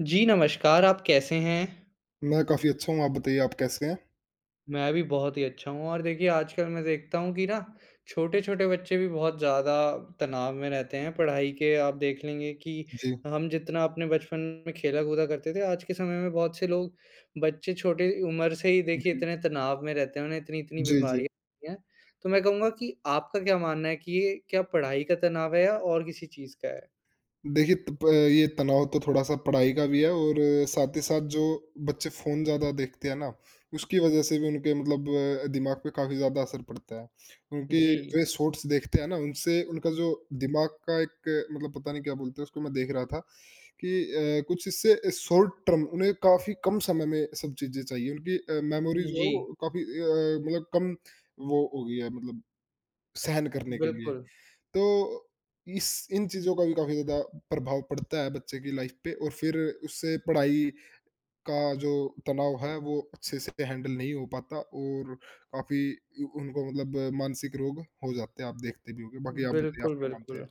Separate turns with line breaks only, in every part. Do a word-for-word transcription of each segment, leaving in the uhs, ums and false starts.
जी, नमस्कार। आप कैसे हैं?
मैं काफ़ी अच्छा हूँ, आप बताइए आप कैसे हैं?
मैं भी बहुत ही अच्छा हूँ और देखिए आजकल मैं देखता हूँ कि ना छोटे-छोटे बच्चे भी बहुत ज़्यादा तनाव में रहते हैं, पढ़ाई के आप देख लेंगे कि
जी,
हम जितना अपने बचपन में खेला-कूदा करते थे, आज के समय में बहुत से लोग बच्चे छोटी उम्र से ही देखिए
जी।
इतने तनाव में रहते हैं, उन्हें इतनी-इतनी
जी, जी।
बीमारियाँ होती हैं। तो मैं कहूँगा कि आपका क्या मानना है कि ये क्या पढ़ाई का तनाव है या और किसी चीज़ का है?
देखिए तप ये तनाव तो थोड़ा-सा पढ़ाई का भी है और साथ ही साथ जो बच्चे फ़ोन ज़्यादा देखते हैं ना, उसकी वज़ह से भी उनके मतलब अ, दिमाग पे काफ़ी ज़्यादा असर पड़ता है। उनकी
जी।
जो ये शॉर्ट्स देखते हैं ना, उनसे उनका जो दिमाग का एक मतलब पता नहीं क्या बोलते हैं उसको, मैं देख रहा था कि अ, कुछ इससे शॉर्ट टर्म उन्हें काफ़ी कम समय में सब चीज़ें चाहिए। उनकी अ, मेमोरी जो
जी,
है वो काफ़ी अ, मतलब कम वो हो गई है मतलब सहन करने के लिए।
बिल्कुल।
तो इस इन चीज़ों का भी काफ़ी ज़्यादा प्रभाव पड़ता है बच्चे की लाइफ़ पे और फिर उससे पढ़ाई का जो तनाव है वो अच्छे से हैंडल नहीं हो पाता और काफ़ी उ उनको मतलब मानसिक रोग हो जाते हैं, आप देखते भी होंगे। बाकी आप बताइए आप
बिल्कुल,
क्या मानते
बिल्कुल।
हैं?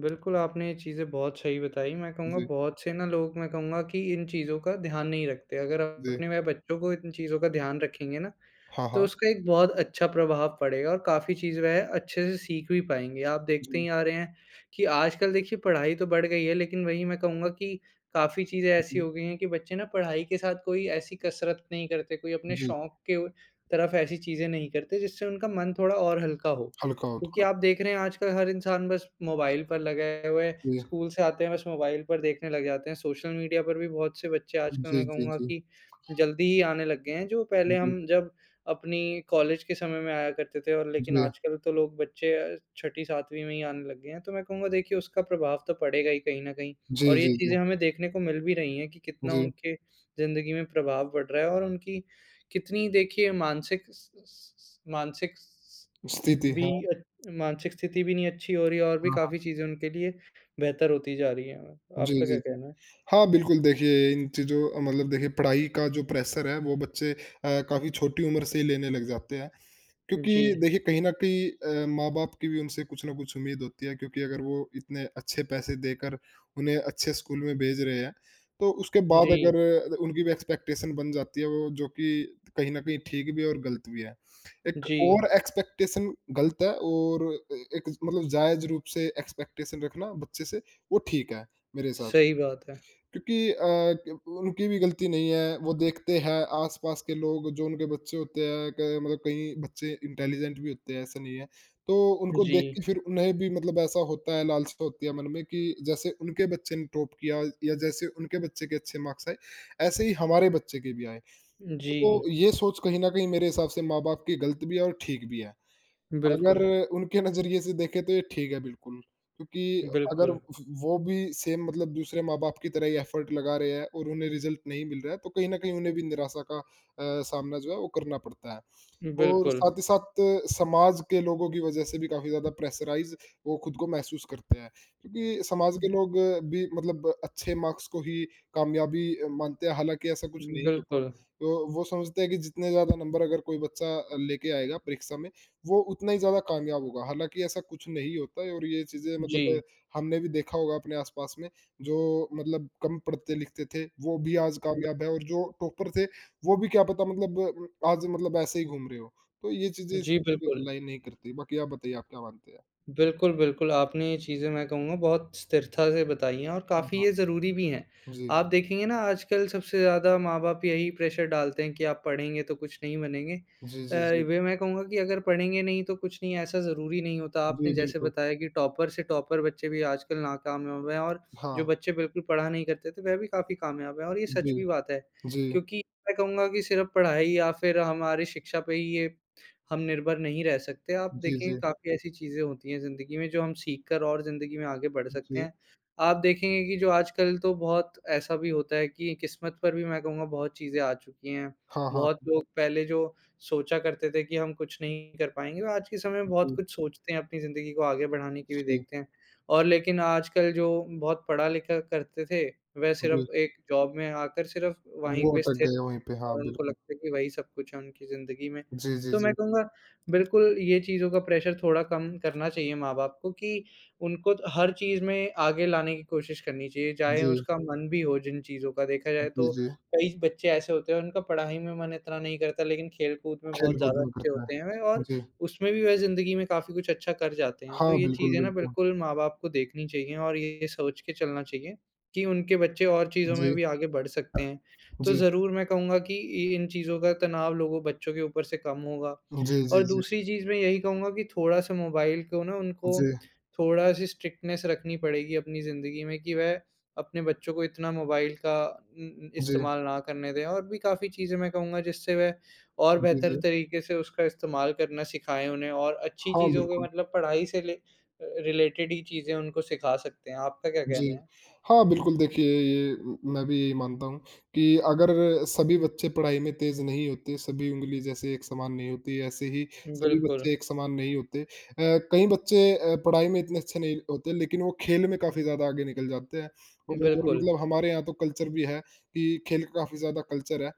बिल्कुल, आपने ये चीज़ें बहुत सही बताई। मैं कहूँगा
जी,
बहुत से ना लोग मैं कहूँगा कि इन चीज़ों का ध्यान नहीं रखते। अगर आप
जी।
अपने वह बच्चों को इन चीज़ों का ध्यान रखेंगे ना,
हाँ,
तो
हाँ।
उसका एक बहुत अच्छा प्रभाव पड़ेगा और काफ़ी चीज़ वह अच्छे से सीख भी पाएँगे। आप देखते
जी,
ही आ रहे हैं कि आजकल देखिए पढ़ाई तो बढ़ गई है, लेकिन वही मैं कहूँगा कि काफ़ी चीज़ें ऐसी
जी,
हो गई हैं कि बच्चे ना पढ़ाई के साथ कोई ऐसी कसरत नहीं करते, कोई अपने
जी।
शौक के उ तरफ ऐसी चीज़ें नहीं करते जिससे उनका मन थोड़ा और हल्का हो।
हल्का हो
क्योंकि
थोड़ा।
आप देख रहे हैं आजकल हर इंसान बस मोबाइल पर लगे हुए है,
जी।
स्कूल से आते हैं बस मोबाइल पर देखने लग जाते हैं। सोशल मीडिया पर भी बहुत से बच्चे आजकल मैं
जी, जी,
कहूँगा
जी।
कि जल्दी ही आने लग गए हैं, जो
जी,
पहले
जी।
हम जब अपनी कॉलेज के समय में आया करते थे और लेकिन आजकल तो लोग बच्चे अ, छठी सातवीं में ही आने लग गए हैं। तो मैं कहूँगा देखिए उसका प्रभाव तो पड़ेगा ही कहीं न कहीं
जी,
और ये
जी, जी।
चीज़ें हमें देखने को मिल भी रही हैं कि कितना
जी,
उनके ज़िंदगी में प्रभाव पड़ रहा है और उनकी कितनी देखिए मानसिक स स मानसिक स
स्थिति।
भी
हाँ,
अ, मानसिक स्थिति भी नहीं अच्छी हो रही है और भी
हाँ।
काफ़ी चीज़ें उनके लिए बेहतर होती जा रही हैं।
जी,
आपका
जी,
क्या
जी।
कहना है?
हाँ, बिल्कुल देखिए इन चीज़ों मतलब देखिए पढ़ाई का जो प्रेशर है वो बच्चे अ, काफ़ी छोटी उम्र से ही लेने लग जाते हैं। क्योंकि
जी,
देखिए कहीं न कहीं अ, माँ-बाप की भी उनसे कुछ ना कुछ उम्मीद होती है क्योंकि अगर वो इतने अच्छे पैसे देकर उन्हें अच्छे स्कूल में भेज रहे हैं, तो उसके बाद
जी,
अगर अ, उनकी भी एक्सपेक्टेशन बन जाती है वो जो कि कहीं न कहीं ठीक भी है और गलत भी है। एक
जी।
ओवर एक्सपेक्टेशन गलत है और ए एक मतलब जायज़ रूप से एक्सपेक्टेशन रखना बच्चे से वो ठीक है, मेरे हिसाब
सही बात है।
क्योंकि अ, क उनकी भी गलती नहीं है, वो देखते हैं आस-पास के लोग जो उनके बच्चे होते हैं क मतलब कई बच्चे इंटेलिजेंट भी होते हैं, ऐसा नहीं है। तो उनको
जी,
देख के फिर उन्हें भी मतलब ऐसा होता है, लालसा होती है मन में कि जैसे उनके बच्चे ने टॉप किया या जैसे उनके बच्चे के अच्छे मार्क्स आए, ऐसे ही हमारे बच्चे के भी आएँ।
जी,
तो ये सोच कहीं न कहीं मेरे हिसाब से माँ-बाप की गलत भी है और ठीक भी है। अगर
बिल्कुल।
उनके नज़रिए से देखें तो ये ठीक है बिल्कुल, क्योंकि अगर
बिल्कुल,
वो भी सेम मतलब दूसरे माँ-बाप की तरह ही एफ़र्ट लगा रहे हैं और उन्हें रिज़ल्ट नहीं मिल रहा है, तो कहीं न कहीं उन्हें भी निराशा का अ, सामना जो है वो करना पड़ता है। और
बिल्कुल,
साथ ही साथ समाज के लोगों की वज़ह से भी काफ़ी ज़्यादा प्रेशराइज़ वो खुद को महसूस करते हैं। क्योंकि समाज के लोग भी मतलब अच्छे मार्क्स को ही कामयाबी मानते हैं, हालाँकि ऐसा कुछ नहीं होता।
बिल्कुल,
तो वो समझते हैं कि जितने ज़्यादा नंबर अगर कोई बच्चा लेके आएगा परीक्षा में, वो उतना ही ज़्यादा कामयाब होगा। हालाँकि ऐसा कुछ नहीं होता है और ये चीज़ें मतलब
जी,
हमने भी देखा होगा अपने आस-पास में, जो मतलब कम पढ़ते-लिखते थे, वो भी आज
ब
कामयाब है और जो टॉपर थे, वो भी क्या पता मतलब आज मतलब ऐसे ही घूम रहे हो, तो ये चीज़ें इस
जी, बिल्कुल।
लाइन नहीं करती। बाकी आप बताइए आप क्या मानते हैं?
बिल्कुल, बिल्कुल, आपने ये चीज़ें मैं कहूँगा बहुत स्थिरता से बताई हैं और
हाँ,
काफ़ी ये
हाँ।
ज़रूरी भी हैं।
जी।
आप देखेंगे ना आजकल सबसे ज़्यादा माँ-बाप यही प्रेशर डालते हैं कि आप पढ़ेंगे तो कुछ नहीं बनेंगे।
जी,
अ,
जी, जी।
वे मैं कहूँगा कि अगर पढ़ेंगे नहीं तो कुछ नहीं ऐसा ज़रूरी नहीं होता।
जी,
आपने जैसे
बिल्कुल।
बताया कि टॉपर से टॉपर बच्चे भी आजकल नाकामयाब हैं और जो
हाँ।
बच्चे बिल्कुल पढ़ा नहीं करते थे वह भी काफ़ी कामयाब हैं और ये सच
जी,
भी बात है।
जी।
क्योंकि मैं कहूँगा कि सिर्फ़ पढ़ाई या फिर हमारी शिक्षा पे ही ये हम निर्भर नहीं रह सकते। आप
जी,
देखें हुँ।
जी।
काफ़ी ऐसी चीज़ें होती हैं ज़िंदगी में जो हम सीख कर और ज़िंदगी में आगे बढ़ सकते
जी।
हैं। आप देखेंगे कि जो आजकल तो बहुत ऐसा भी होता है कि किस्मत पर भी मैं कहूँगा बहुत चीज़ें आ चुकी हैं।
हाँ,
बहुत
हाँ।
लोग पहले जो सोचा करते थे कि हम कुछ नहीं कर पाएँगे, वो आज के समय में बहुत
जी,
कुछ सोचते हैं, अपनी ज़िंदगी को आगे बढ़ाने की भी
जी,
देखते हैं। और लेकिन आजकल जो बहुत पढ़ा-लिखा करते थे, वह
जी।
सिर्फ़ एक जॉब में आकर सिर्फ़ वहीं
वो
पे
अटक
स्थिर
गए वहीं पे, हाँ,
और उनको
बिल्कुल।
लगता है कि वही सब कुछ है उनकी ज़िंदगी में।
जी, जी,
तो मैं
जी।
कहूँगा बिल्कुल ये चीज़ों का प्रेशर थोड़ा कम करना चाहिए माँ-बाप को कि उनको त हर चीज़ में आगे लाने की कोशिश करनी चाहिए, चाहे
जी,
उसका मन भी हो जिन चीज़ों का। देखा जाए
जी,
तो
जी।
कई बच्चे ऐसे होते हैं उनका पढ़ाई में मन इतना नहीं करता लेकिन खेल-कूद में बहुत
खेल-कूद
ज़्यादा
में
अच्छे
करता
होते हैं
है।
और
जी।
उसमें भी वह ज़िंदगी में काफ़ी कुछ अच्छा कर जाते हैं। तो
हाँ,
ये
बिल्कुल,
चीज़ें ना
बिल्कुल।
बिल्कुल माँ-बाप को देखनी चाहिए और ये सोच के चलना चाहिए कि उनके बच्चे और चीज़ों में
जी,
भी आगे बढ़ सकते हैं। तो
जी।
ज़रूर मैं कहूँगा कि इ इन चीज़ों का तनाव लोगों बच्चों के ऊपर से कम होगा।
जी, जी,
और
जी।
दूसरी चीज़ मैं यही कहूँगा कि थोड़ा-सा मोबाइल को ना उनको
जी,
थोड़ा-सी स्ट्रिक्टनेस रखनी पड़ेगी अपनी ज़िंदगी में कि वह अपने बच्चों को इतना मोबाइल का उम,
जी।
इस्तेमाल ना करने दें। और भी काफ़ी चीज़ें मैं कहूँगा जिससे वह और
जी,
बेहतर
जी।
तरीके से उसका इस्तेमाल करना सिखाएँ उन्हें और अच्छी
हाँ,
चीज़ों के
बिल्कुल।
मतलब पढ़ाई से ले अ, रिलेटेड ही चीज़ें उनको सिखा सकते हैं। आपका क्या
जी।
कहना है?
हाँ, बिल्कुल देखिए ये म मैं भी यही मानता हूँ कि अगर सभी बच्चे पढ़ाई में तेज़ नहीं होते, सभी उँगली जैसे एक समान नहीं होती, ऐसे ही सभी
बिल्कुल,
बच्चे एक समान नहीं होते। अ, कई बच्चे अ, पढ़ाई में इतने अच्छे नहीं होते लेकिन वो खेल में काफ़ी ज़्यादा आगे निकल जाते हैं। और
बिल्कुल,
मतलब हमारे यहाँ तो कल्चर भी है कि खेल का काफ़ी ज़्यादा कल्चर है।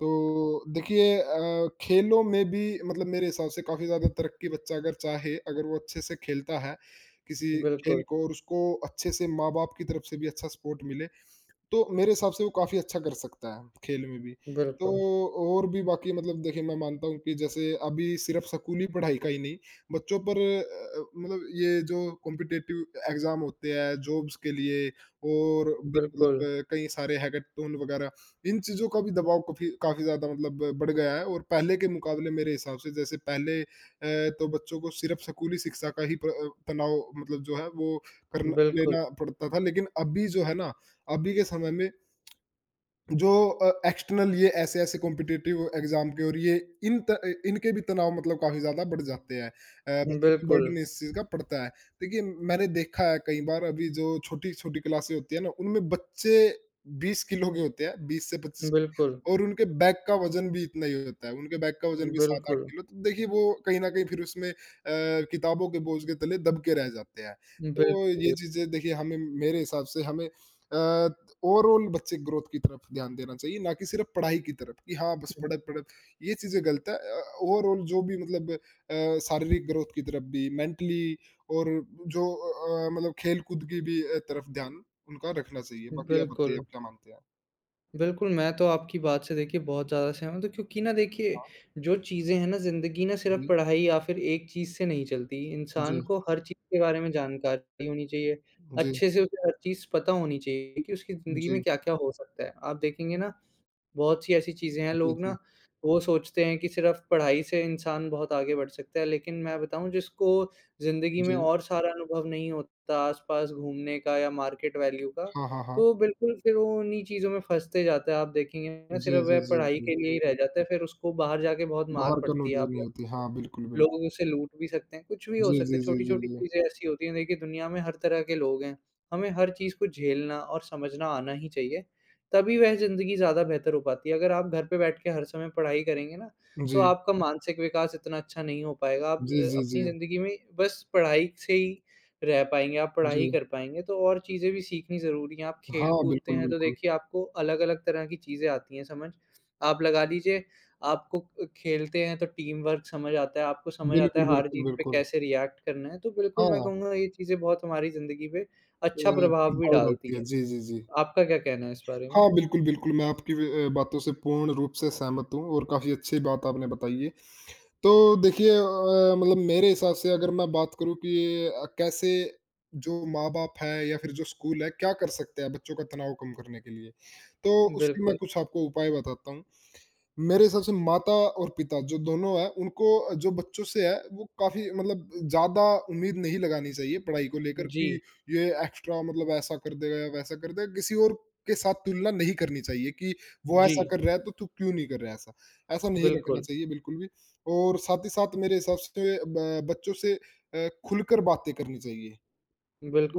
तो देखिए अ, खेलों में भी मतलब मेरे हिसाब से काफ़ी ज़्यादा तरक्की बच्चा अगर चाहे, अगर वो अच्छे से खेलता है किसी खेल
बिल्कुल,
को और उसको अच्छे से माँ-बाप की तरफ से भी अच्छा सपोर्ट मिले। तो मेरे हिसाब से वो काफ़ी अच्छा कर सकता है, खेल में भी। तो
बिल्कुल।
और भी बाकी मतलब देखिए मैं मानता हूँ कि जैसे अभी सिर्फ़ स्कूली पढ़ाई का ही नहीं, बच्चों पर अ अ, मतलब ये जो कॉम्पिटिटिव एग्ज़ाम होते हैं, जॉब्स के लिए और भी
बिल्कुल,
मतलब कई सारे हैकेथॉन वग़ैरह, इन चीज़ों का भी दबाव काफ़ी काफ़ी ज़्यादा मतलब बढ़ गया है और पहले के मुकाबले मेरे हिसाब से जैसे पहले अ, तो बच्चों को सिर्फ़ स्कूली शिक्षा का ही प्र अ, तनाव मतलब जो है वो करना
बिल्कुल,
लेना पड़ता था। लेकिन अभी जो है ना अभी के समय में जो अ, एक्सटर्नल ये ऐसे-ऐसे कॉम्पिटिटिव एग्ज़ाम के और ये इन त अ, इनके भी तनाव मतलब काफ़ी ज़्यादा बढ़ जाते हैं। अ, बच्चों पे
बिल्कुल,
बर्डन इस चीज़ का पड़ता है। देखिए मैंने देखा है कई बार अभी जो छोटी-छोटी क्लासें होती है ना, उनमें बच्चे बीस किलो के होते हैं, बीस से पच्चीस के
बिल्कुल,
और उनके बैग का वज़न भी इतना ही होता है। उनके बैग का वज़न भी सात आठ
बिल्कुल,
किलो तो देखिए वो कहीं न कहीं फिर उसमें अ, किताबों के बोझ के तले दब के रह जाते हैं।
बिल्कुल,
तो ये चीज़ें देखिए हमें मेरे हिसाब से हमें अ, ओवरऑल बच्चे ग्रोथ की तरफ ध्यान देना चाहिए ना कि सिर्फ पढ़ाई की तरफ कि हाँ बस पढ़े पढ़े ये चीजें गलत है ओवरऑल जो भी मतलब अ, शारीरिक ग्रोथ की तरफ भी मेंटली और जो अ, मतलब खेल कूद की भी अ, तरफ ध्यान उनका रखना चाहिए बाकी आप बताइए
बिल्कुल,
आप क्या मानते हैं
बिल्कुल, मैं तो आपकी बात से देखिए बहुत ज़्यादा सहमत हूँ तो क्योंकि ना देखिए,
हाँ
जो चीज़ें हैं ना ज़िंदगी ना सिर्फ़
जी
पढ़ाई या फिर एक चीज़ से नहीं चलती, इंसान
जी
को हर चीज़ के बारे में जानकारी होनी चाहिए,
जी
अच्छे से उसे हर चीज़ पता होनी चाहिए कि उसकी ज़िंदगी में
जी
क्या-क्या हो सकता है। आप देखेंगे ना बहुत सी ऐसी चीज़ें हैं
जी
लोग ना
जी
वो सोचते हैं कि सिर्फ़ पढ़ाई से इंसान बहुत आगे बढ़ सकता है, लेकिन मैं बताऊँ जिसको ज़िंदगी में
जी
और सारा अनुभव नहीं होता आस-पास घूमने का या मार्केट वैल्यू का,
हाँ हाँ हाँ
तो वो बिल्कुल फिर वो उन्हीं चीज़ों में फँसते जाता है। आप देखेंगे ना
जी
सिर्फ़
जी
वह
जी
पढ़ाई
जी
के लिए ही रह जाता है, फिर उसको बाहर जाके बहुत मार
बाहर का
पड़ती है
नॉलेज
आप
नहीं होती हाँ बिल्कुल
लोग
बिल्कुल
उसे लूट भी सकते हैं, कुछ भी हो
जी
सकता है,
जी जी जी
छोटी-छोटी
जी
चीज़ें ऐसी होती हैं देखिए दुनिया में हर तरह के लोग हैं, हमें हर चीज़ को झेलना और समझना आना ही चाहिए, तभी वह ज़िंदगी ज़्यादा बेहतर हो पाती है। अगर आप घर पे बैठ के हर समय पढ़ाई करेंगे ना, तो
जी
आपका मानसिक विकास इतना अच्छा नहीं हो पाएगा, आप
जी
अ,
जी जी
अपनी ज़िंदगी में बस पढ़ाई से ही रह पाएँगे, आप पढ़ाई
जी
कर पाएँगे, तो और चीज़ें भी सीखनी ज़रूरी हैं। आप खेल
हाँ
कूदते
बिल्कुल
हैं तो
बिल्कुल
देखिए आपको अलग-अलग तरह की चीज़ें आती हैं समझ, आप लगा लीजिए आपको अ, खेलते हैं तो टीम वर्क समझ आता है, आपको समझ आता है
बिल्कुल, बिल्कुल,
हार-जीत पे
बिल्कुल।
कैसे रिएक्ट करना है। तो बिल्कुल मैं
हाँ,
कहूँगा ये चीज़ें बहुत हमारी ज़िंदगी पे
अ,
अच्छा प्रभाव भी
प्रभाव
डालती
डालती है।
है।
जी, जी, जी।
आपका क्या कहना है इस बारे में?
हाँ, बिल्कुल, बिल्कुल, मैं आपकी व अ, बातों से पूर्ण रूप से सहमत हूँ और काफ़ी अच्छी बात आपने बताई है। तो देखिए अ, मतलब मेरे हिसाब से अगर मैं बात करूँ कि अ, कैसे जो माँ-बाप है या फिर जो स्कूल है, क्या कर सकते हैं बच्चों का तनाव कम करने के लिए? तो उसके मैं
बिल्कुल।
कुछ आपको उपाय बताता हूँ। मेरे हिसाब से माता और पिता जो दोनों हैं उनको जो बच्चों से है वो काफ़ी मतलब ज़्यादा उम्मीद नहीं लगानी चाहिए पढ़ाई को लेकर
जी,
कि ये एक्स्ट्रा मतलब ऐसा कर देगा या वैसा कर देगा किसी और के साथ तुलना नहीं करनी चाहिए कि वो
जी।
ऐसा कर रहा है तो तू क्यों नहीं कर रहा है ऐसा ऐसा नहीं रखना
बिल्कुल,
चाहिए बिल्कुल भी और साथ ही साथ मेरे हिसाब से ब- बच्चों से अ, खुलकर बातें करनी चाहिए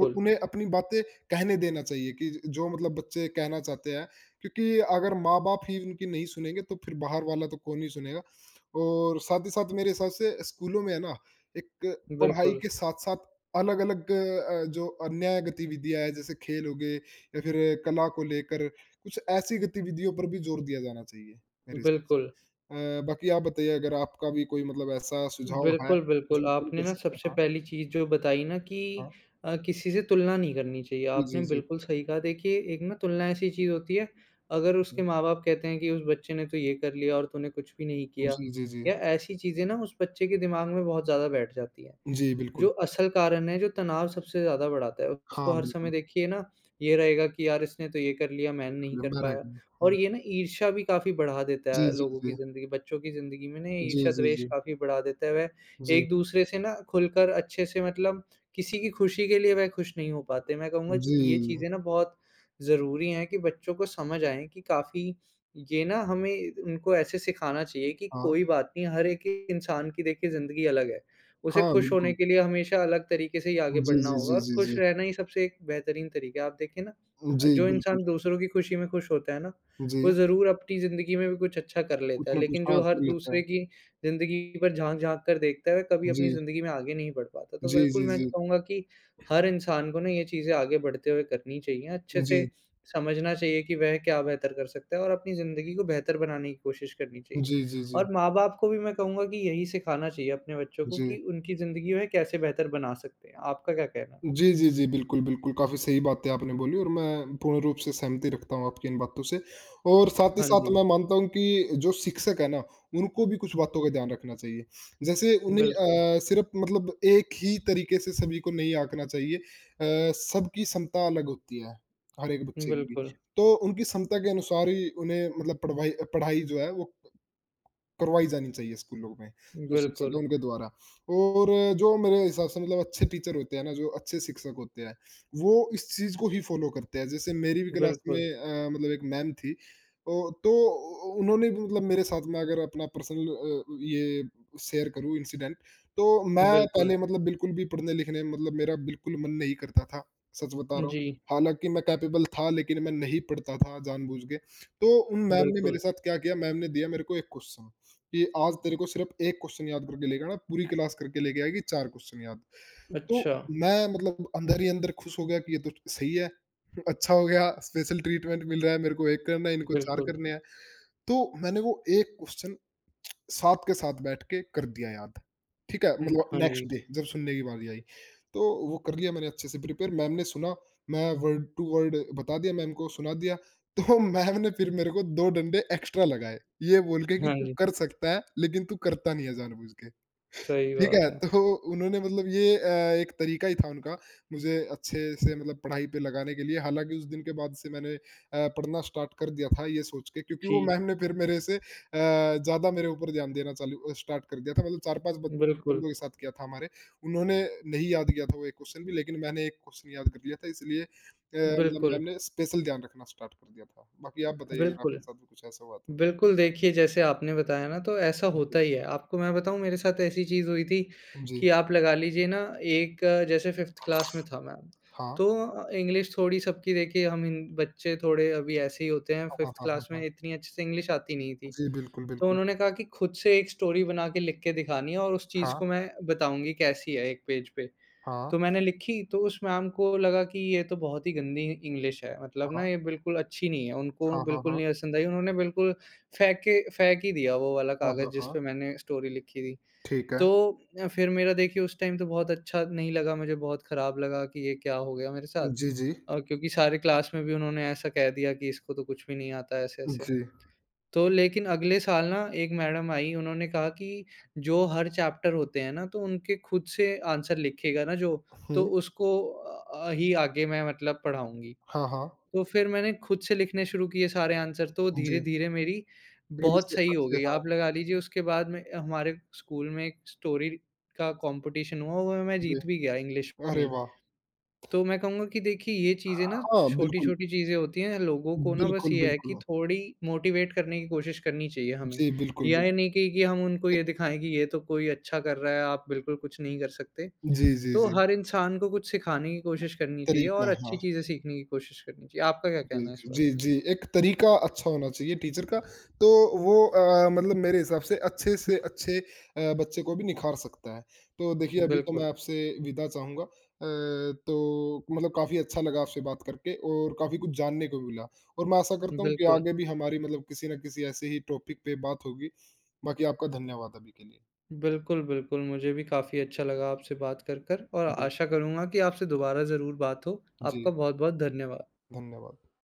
और उन्हें अपनी बातें कहने देना चाहिए कि जो मतलब बच्चे कहना चाहते हैं क्योंकि अगर माँ-बाप ही उनकी नहीं सुनेंगे तो फिर बाहर वाला तो कौन ही सुनेगा। और साथ ही साथ मेरे हिसाब से स्कूलों में है ना एक पढ़ाई
बिल्कुल,
के साथ-साथ अलग-अलग अ, जो अन्य गतिविधियाँ हैं जैसे खेल हो गए या फिर कला को लेकर कुछ ऐसी गतिविधियों पर भी जोर दिया जाना चाहिए मेरे हिसाब
बिल्कुल।
से। अ, बाकी आप बताइए अगर आपका भी कोई मतलब ऐसा सुझाव है
बिल्कुल, बिल्कुल।
जो कोई
आपने
कर
ना
सकता है?
सबसे
हाँ,
पहली चीज़ जो बताई ना कि
हाँ।
अ, किसी से तुलना नहीं करनी चाहिए।
जी,
आपने
जी, जी।
बिल्कुल सही कहा। देखिए, एक ना तुलना ऐसी चीज़ होती है, अगर उसके
हुँ।
माँ-बाप कहते हैं कि उस बच्चे ने तो ये कर लिया और तूने कुछ भी नहीं किया
जी, जी, जी।
या ऐसी चीज़ें ना उस बच्चे के दिमाग में बहुत ज़्यादा बैठ जाती हैं।
जी,
जो
बिल्कुल।
असल कारण है, जो तनाव सबसे ज़्यादा बढ़ाता है, उसको
हाँ,
हर समय
बिल्कुल।
देखिए ना, ये रहेगा कि यार इसने तो ये कर लिया, मैं नहीं कर
लंबा रह
पाया
गया।
और
हाँ।
ये ना ईर्ष्या भी काफ़ी बढ़ा देता
जी,
है
जी,
लोगों की
जी।
ज़िंदगी बच्चों की ज़िंदगी में ना ये
जी, जी,
ईर्ष्या-द्वेष
जी।
काफ़ी बढ़ा देता है। वह
जी,
एक-दूसरे से ना खुलकर अच्छे से मतलब किसी की खुशी के लिए वह खुश नहीं हो पाते। मैं कहूँगा
जी।
ये चीज़ें ना बहुत ज़रूरी हैं कि बच्चों को समझ आएँ कि काफ़ी ये ना हमें उनको ऐसे सिखाना चाहिए कि
हाँ।
कोई बात नहीं, हर एक इंसान की देखिए ज़िंदगी अलग है। उसे
हाँ,
खुश होने
बिल्कुल।
के लिए हमेशा अलग तरीके से ही आगे
जी,
बढ़ना
जी,
होगा
जी,
और
जी, जी।
खुश रहना ही सबसे एक बेहतरीन तरीका है। आप देखिए ना अ,
जी,
जो
बिल्कुल।
इंसान दूसरों की खुशी में खुश होता है ना,
जी,
वो ज़रूर अपनी ज़िंदगी में भी कुछ अच्छा कर
कुछ
लेता है,
ना कुछ
लेकिन
हाँ,
जो हर
कर लेता
दूसरे
है।
की ज़िंदगी पर झाँक-झाँक कर देखता है, वह कभी अपनी
जी।
ज़िंदगी में आगे नहीं बढ़ पाता। तो
जी,
बिल्कुल
जी,
मैं
जी।
कहूँगा कि हर इंसान को ना ये चीज़ें आगे बढ़ते हुए करनी चाहिए, अच्छे
जी।
से समझना चाहिए कि वह क्या बेहतर कर सकता है और अपनी ज़िंदगी को बेहतर बनाने की कोशिश करनी चाहिए।
जी, जी, जी।
और माँ-बाप को भी मैं कहूँगा कि यही सिखाना चाहिए अपने बच्चों को कि
जी।
उनकी ज़िंदगी में कैसे बेहतर बना सकते हैं। आपका क्या कहना है?
जी, जी, जी। बिल्कुल, बिल्कुल, काफ़ी सही बातें आपने बोली और मैं पूर्ण रूप से सहमति रखता हूँ आपकी इन बातों से और साथ ही
हाँ जी,
साथ मैं मानता हूँ कि जो शिक्षक है ना, उनको भी कुछ बातों का ध्यान रखना चाहिए। जैसे उन्हें
बिल्कुल,
अ, सिर्फ़ मतलब एक ही तरीके से सभी को नहीं आंकना चाहिए। अ, सबकी क्षमता अलग होती है, हर एक बच्चे की।
बिल्कुल,
तो उनकी क्षमता के अनुसार ही उन्हें मतलब पढ़वाई पढ़ाई जो है वो करवाई जानी चाहिए स्कूलों में, जो शिक्षक
बिल्कुल,
हैं उनके द्वारा। और जो मेरे हिसाब से मतलब अच्छे टीचर होते हैं ना, जो अच्छे शिक्षक होते हैं, वो इस चीज़ को ही फ़ॉलो करते हैं। जैसे मेरी भी क्लास में
बिल्कुल,
अ, मतलब एक मैम थी, ओ तो उ उन्होंने भी मतलब मेरे साथ में अगर अपना पर्सनल अ, ये शेयर करूँ इंसिडेंट, तो मैं
बिल्कुल।
पहले मतलब बिल्कुल भी पढ़ने-लिखने में मतलब मेरा बिल्कुल मन नहीं करता था, सच बता रहा हूँ।
जी,
हालाँकि मैं कैपेबल था, लेकिन मैं नहीं पढ़ता था जानबूझ के। तो उन मैम ने
बिल्कुल।
मेरे साथ क्या किया, मैम ने दिया मेरे को एक क्वेश्चन कि आज तेरे को सिर्फ़ एक क्वेश्चन याद करके लेके आना, पूरी क्लास करके लेके आएगी चार क्वेश्चन याद। तो
अच्छा,
मैं मतलब अंदर ही अंदर खुश हो गया कि ये तो सही है, अच्छा हो गया स्पेशल ट्रीटमेंट मिल रहा है मेरे को एक करना है, इनको चार
बिल्कुल।
करने हैं। तो मैंने वो एक क्वेश्चन साथ के साथ बैठ के कर दिया याद। ठीक है?
हुँ,
मतलब
हाँ जी,
नेक्स्ट डे जब सुनने की बारी आई, तो वो कर लिया मैंने अच्छे से प्रिपेयर मैम ने सुना, मैं वर्ड टू वर्ड बता दिया मैम को सुना दिया। तो मैम ने फिर मेरे को दो डंडे एक्स्ट्रा लगाए, ये बोल के कि
हाँ
तू
जी।
कर सकता है, लेकिन तू करता नहीं है जानबूझ के।
सही
ठीक
बात
है,
है।
तो उन्होंने मतलब ये अ, एक तरीका ही था उनका, मुझे अच्छे से मतलब पढ़ाई पे लगाने के लिए, हालाँकि उस दिन के बाद से मैंने अ, पढ़ना स्टार्ट कर दिया था ये सोच के क्योंकि वो
जी,
मैम ने फिर मेरे से अ, ज़्यादा मेरे ऊपर ध्यान देना चालू अ, स्टार्ट कर दिया था मतलब चार पाँच बच
बिल्कुल,
बंदों के साथ किया था हमारे, उन्होंने नहीं याद किया था वो एक क्वेश्चन भी लेकिन मैंने एक क्वेश्चन याद कर लिया था इसलिए अ, मतलब
बिल्कुल,
मैम ने स्पेशल ध्यान रखना स्टार्ट कर दिया था। बाकी आप बताइए अगर
बिल्कुल।
आपके साथ भी कुछ ऐसा हुआ तो?
बिल्कुल, देखिए जैसे आपने बताया ना तो ऐसा
जी,
होता ही है। आपको मैं बताऊँ मेरे साथ ऐसी चीज़ हुई थी
जी।
कि आप लगा लीजिए ना एक अ, जैसे फ़िफ़्थ क्लास में था मैं।
हाँ।
तो अ, इंग्लिश थोड़ी सबकी देखिए हम हिन बच्चे थोड़े अभी ऐसे ही होते हैं
हाँ, हाँ,
फ़िफ़्थ
हाँ, हाँ,
क्लास में
हाँ।
इतनी अच्छे से इंग्लिश आती नहीं थी।
जी, बिल्कुल,
तो
बिल्कुल।
उन्होंने कहा कि खुद से एक स्टोरी बना के लिख के दिखानी है और उस चीज़
हाँ।
को मैं बताऊँगी कैसी है एक पेज पे।
हाँ,
तो मैंने लिखी, तो उस मैम को लगा कि ये तो बहुत ही गंदी इंग्लिश है, मतलब
हाँ,
ना ये बिल्कुल अच्छी नहीं है, उनको
हाँ, हाँ,
बिल्कुल
हाँ।
नहीं पसंद आई, उन्होंने बिल्कुल फेंक के फेंक ही दिया वो वाला
हाँ,
कागज़
हाँ,
जिस
हाँ।
पे मैंने स्टोरी लिखी थी।
ठीक है।
तो अ, फिर मेरा देखिए उस टाइम तो बहुत अच्छा नहीं लगा मुझे, बहुत ख़राब लगा कि ये क्या हो गया मेरे साथ।
जी, जी।
अ, क्योंकि सारे क्लास में भी उन्होंने ऐसा कह दिया कि इसको तो कुछ भी नहीं आता ऐसे-ऐसे।
जी।
तो लेकिन अगले साल ना एक मैडम आई उन्होंने कहा कि जो हर चैप्टर होते हैं ना तो उनके खुद से आंसर लिखेगा ना जो तो
हुँ।
उसको अ, ही आगे मैं मतलब पढ़ाऊँगी।
हाँ, हाँ।
तो फिर मैंने खुद से लिखने शुरू किए सारे आंसर तो
जी।
धीरे-धीरे मेरी
पहले
बहुत
से
सही हो
अच्छे
गई।
हाँ,
आप लगा लीजिए उसके बाद में हमारे स्कूल में एक स्टोरी का कॉम्पिटिशन हुआ वो मैं
जी।
जीत भी गया इंग्लिश में
अरे
ही।
वाह!
तो मैं कहूँगा कि देखिए ये चीज़ें ना
हाँ, बिल्कुल।
छोटी-छोटी चीज़ें होती हैं, लोगों को ना बस
बिल्कुल,
ये है कि
बिल्कुल।
थोड़ी मोटिवेट करने की कोशिश करनी चाहिए हमें।
जी, बिल्कुल,
या
बिल्कुल।
ये नहीं कि कि हम उनको ये दिखाएँ कि ये तो कोई अच्छा कर रहा है, आप बिल्कुल कुछ नहीं कर सकते।
जी, जी,
तो
जी।
हर इंसान को कुछ सिखाने की कोशिश करनी चाहिए और
तरीका,
अच्छी
हाँ।
चीज़ें सीखने की कोशिश करनी चाहिए। आपका क्या
जी,
कहना है
जी,
इस
जी,
बारे में?
जी, एक तरीका अच्छा होना चाहिए टीचर का, तो वो अ, मतलब मेरे हिसाब से अच्छे से अच्छे अ, बच्चे को भी निखार सकता है। तो देखिए अभी तो
बिल्कुल,
मैं आपसे विदा चाहूँगा अ, तो मतलब काफ़ी अच्छा लगा आपसे बात करके और काफ़ी कुछ जानने को मिला और मैं आशा करता हूँ कि
बिल्कुल।
आगे भी हमारी मतलब किसी न किसी ऐसे ही टॉपिक पे बात होगी। बाकी आपका धन्यवाद अभी के लिए।
बिल्कुल, बिल्कुल, मुझे भी काफ़ी अच्छा लगा आपसे बात कर कर और
जी,
आशा करूँगा कि आपसे दोबारा ज़रूर बात हो। आपका
जी,
बहुत-बहुत धन्यवाद।
धन्यवाद।